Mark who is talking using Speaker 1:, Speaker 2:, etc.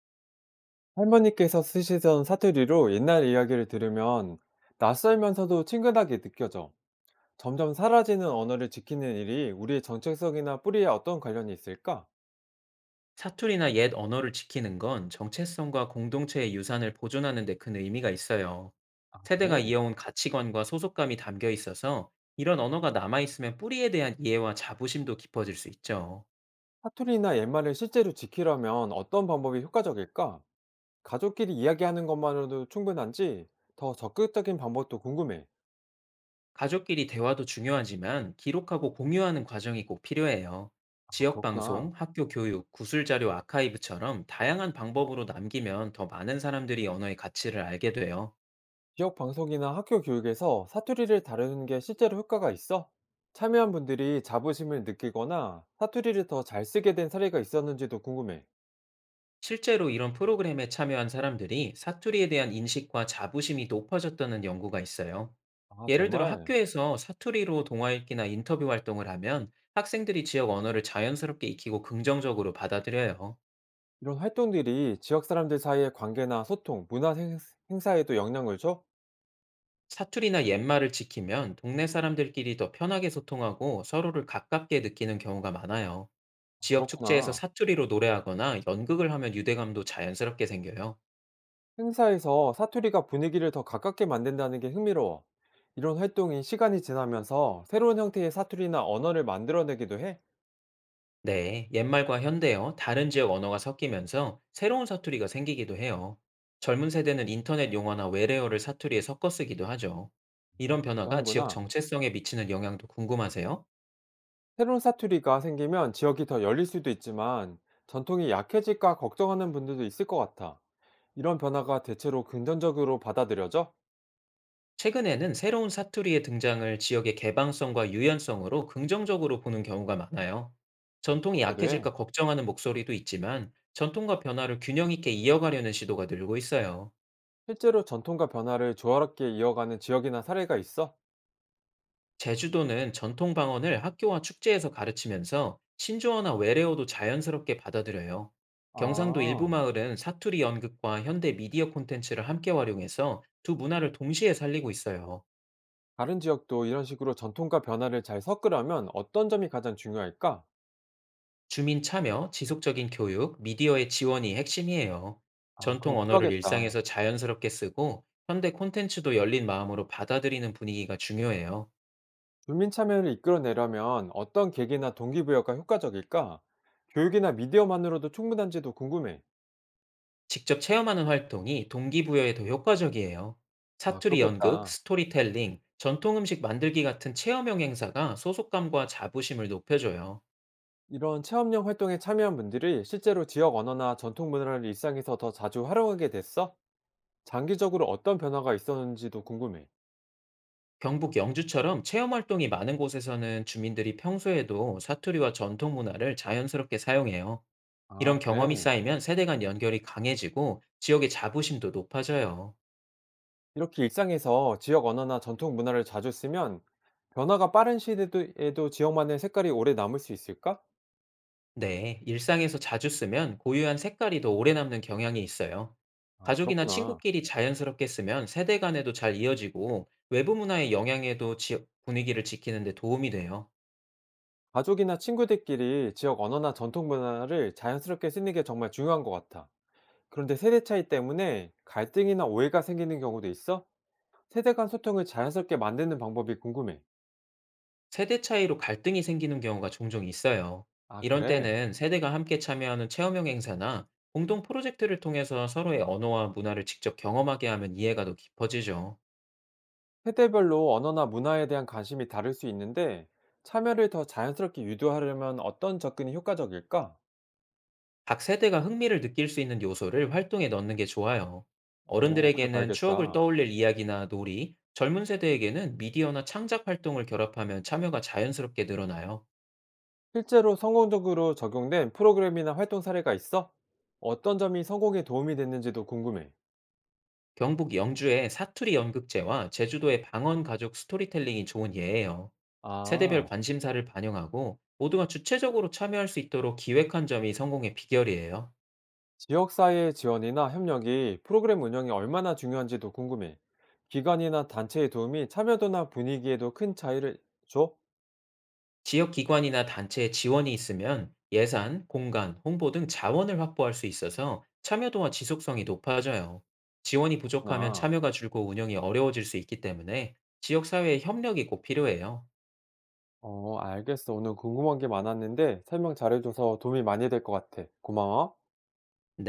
Speaker 1: 할머니께서 쓰시던 사투리로 옛날 이야기를 들으면 낯설면서도 친근하게 느껴져. 점점 사라지는 언어를 지키는 일이 우리의 정체성이나 뿌리에 어떤 관련이 있을까?
Speaker 2: 사투리나 옛 언어를 지키는 건 정체성과 공동체의 유산을 보존하는 데 큰 의미가 있어요.
Speaker 1: 아,
Speaker 2: 세대가
Speaker 1: 그래.
Speaker 2: 이어온 가치관과 소속감이 담겨 있어서 이런 언어가 남아있으면 뿌리에 대한 이해와 자부심도 깊어질 수 있죠.
Speaker 1: 사투리나 옛말을 실제로 지키려면 어떤 방법이 효과적일까? 가족끼리 이야기하는 것만으로도 충분한지 더 적극적인 방법도 궁금해.
Speaker 2: 가족끼리 대화도 중요하지만 기록하고 공유하는 과정이 꼭 필요해요.
Speaker 1: 아,
Speaker 2: 지역방송,
Speaker 1: 그렇구나.
Speaker 2: 학교 교육, 구술자료 아카이브처럼 다양한 방법으로 남기면 더 많은 사람들이 언어의 가치를 알게 돼요.
Speaker 1: 지역 방송이나 학교 교육에서 사투리를 다루는 게 실제로 효과가 있어? 참여한 분들이 자부심을 느끼거나 사투리를 더 잘 쓰게 된 사례가 있었는지도 궁금해.
Speaker 2: 실제로 이런 프로그램에 참여한 사람들이 사투리에 대한 인식과 자부심이 높아졌다는 연구가 있어요.
Speaker 1: 아,
Speaker 2: 예를 들어
Speaker 1: 정말?
Speaker 2: 학교에서 사투리로 동화 읽기나 인터뷰 활동을 하면 학생들이 지역 언어를 자연스럽게 익히고 긍정적으로 받아들여요.
Speaker 1: 이런 활동들이 지역 사람들 사이의 관계나 소통, 문화 행사에도 영향을 줘?
Speaker 2: 사투리나 옛말을 지키면 동네 사람들끼리 더 편하게 소통하고 서로를 가깝게 느끼는 경우가 많아요. 지역 축제에서
Speaker 1: 그렇구나.
Speaker 2: 사투리로 노래하거나 연극을 하면 유대감도 자연스럽게 생겨요.
Speaker 1: 행사에서 사투리가 분위기를 더 가깝게 만든다는 게 흥미로워. 이런 활동이 시간이 지나면서 새로운 형태의 사투리나 언어를 만들어내기도 해?
Speaker 2: 네, 옛말과 현대어, 다른 지역 언어가 섞이면서 새로운 사투리가 생기기도 해요. 젊은 세대는 인터넷 용어나 외래어를 사투리에 섞어 쓰기도 하죠. 이런
Speaker 1: 기도
Speaker 2: 변화가 지역
Speaker 1: 하는구나.
Speaker 2: 정체성에 미치는 영향도 궁금하세요?
Speaker 1: 새로운 사투리가 생기면 지역이 더 열릴 수도 있지만 전통이 약해질까 걱정하는 분들도 있을 것 같아. 이런 변화가 대체로 긍정적으로 받아들여져?
Speaker 2: 최근에는 새로운 사투리의 등장을 지역의 개방성과 유연성으로 긍정적으로 보는 경우가 많아요. 전통이
Speaker 1: 그렇게도
Speaker 2: 약해질까
Speaker 1: 해.
Speaker 2: 걱정하는 목소리도 있지만 전통과 변화를 균형 있게 이어가려는 시도가 늘고 있어요.
Speaker 1: 실제로 전통과 변화를 조화롭게 이어가는 지역이나 사례가 있어?
Speaker 2: 제주도는 전통 방언을 학교와 축제에서 가르치면서 신조어나 외래어도 자연스럽게 받아들여요. 경상도 일부
Speaker 1: 아,
Speaker 2: 마을은 사투리 연극과 현대 미디어 콘텐츠를 함께 활용해서 두 문화를 동시에 살리고 있어요.
Speaker 1: 다른 지역도 이런 식으로 전통과 변화를 잘 섞으려면 어떤 점이 가장 중요할까?
Speaker 2: 주민 참여, 지속적인 교육, 미디어의 지원이 핵심이에요.
Speaker 1: 아, 그
Speaker 2: 전통
Speaker 1: 거
Speaker 2: 언어를
Speaker 1: 필요하겠다.
Speaker 2: 일상에서 자연스럽게 쓰고 현대 콘텐츠도 열린 마음으로 받아들이는 분위기가 중요해요.
Speaker 1: 주민 참여를 이끌어내려면 어떤 계기나 동기부여가 효과적일까? 교육이나 미디어만으로도 충분한지도 궁금해.
Speaker 2: 직접 체험하는 활동이 동기부여에 더 효과적이에요.
Speaker 1: 아,
Speaker 2: 사투리 연극,
Speaker 1: 그렇겠다.
Speaker 2: 스토리텔링, 전통 음식 만들기 같은 체험형 행사가 소속감과 자부심을 높여줘요.
Speaker 1: 이런 체험형 활동에 참여한 분들이 실제로 지역 언어나 전통 문화를 일상에서 더 자주 활용하게 됐어? 장기적으로 어떤 변화가 있었는지도 궁금해.
Speaker 2: 경북 영주처럼 체험 활동이 많은 곳에서는 주민들이 평소에도 사투리와 전통 문화를 자연스럽게 사용해요.
Speaker 1: 아,
Speaker 2: 이런 경험이
Speaker 1: 그래.
Speaker 2: 쌓이면 세대 간 연결이 강해지고 지역의 자부심도 높아져요.
Speaker 1: 이렇게 일상에서 지역 언어나 전통 문화를 자주 쓰면 변화가 빠른 시대에도 지역만의 색깔이 오래 남을 수 있을까?
Speaker 2: 네, 일상에서 자주 쓰면 고유한 색깔이 더 오래 남는 경향이 있어요.
Speaker 1: 아,
Speaker 2: 가족이나
Speaker 1: 그렇구나.
Speaker 2: 친구끼리 자연스럽게 쓰면 세대 간에도 잘 이어지고 외부 문화의 영향에도 분위기를 지키는 데 도움이 돼요.
Speaker 1: 가족이나 친구들끼리 지역 언어나 전통 문화를 자연스럽게 쓰는 게 정말 중요한 것 같아. 그런데 세대 차이 때문에 갈등이나 오해가 생기는 경우도 있어? 세대 간 소통을 자연스럽게 만드는 방법이 궁금해.
Speaker 2: 세대 차이로 갈등이 생기는 경우가 종종 있어요.
Speaker 1: 아,
Speaker 2: 이런
Speaker 1: 그래.
Speaker 2: 때는 세대가 함께 참여하는 체험형 행사나 공동 프로젝트를 통해서 서로의 언어와 문화를 직접 경험하게 하면 이해가 더 깊어지죠.
Speaker 1: 세대별로 언어나 문화에 대한 관심이 다를 수 있는데 참여를 더 자연스럽게 유도하려면 어떤 접근이 효과적일까?
Speaker 2: 각 세대가 흥미를 느낄 수 있는 요소를 활동에 넣는 게 좋아요.
Speaker 1: 어, 그래
Speaker 2: 어른들에게는 추억을
Speaker 1: 봐야겠다.
Speaker 2: 떠올릴 이야기나 놀이, 젊은 세대에게는 미디어나 창작 활동을 결합하면 참여가 자연스럽게 늘어나요.
Speaker 1: 실제로 성공적으로 적용된 프로그램이나 활동 사례가 있어? 어떤 점이 성공에 도움이 됐는지도 궁금해.
Speaker 2: 경북 영주의 사투리 연극제와 제주도의 방언 가족 스토리텔링이 좋은 예예요. 세대별
Speaker 1: 아,
Speaker 2: 관심사를 반영하고 모두가 주체적으로 참여할 수 있도록 기획한 점이 성공의 비결이에요.
Speaker 1: 지역사회의 지원이나 협력이 프로그램 운영에 얼마나 중요한지도 궁금해. 기관이나 단체의 도움이 참여도나 분위기에도 큰 차이를 줘?
Speaker 2: 지역 기관이나 단체의 지원이 있으면 예산, 공간, 홍보 등 자원을 확보할 수 있어서 참여도와 지속성이 높아져요. 지원이 부족하면
Speaker 1: 그렇구나.
Speaker 2: 참여가 줄고 운영이 어려워질 수 있기 때문에 지역사회의 협력이 꼭 필요해요.
Speaker 1: 어, 알겠어. 오늘 궁금한 게 많았는데 설명 잘해줘서 도움이 많이 될 것 같아. 고마워.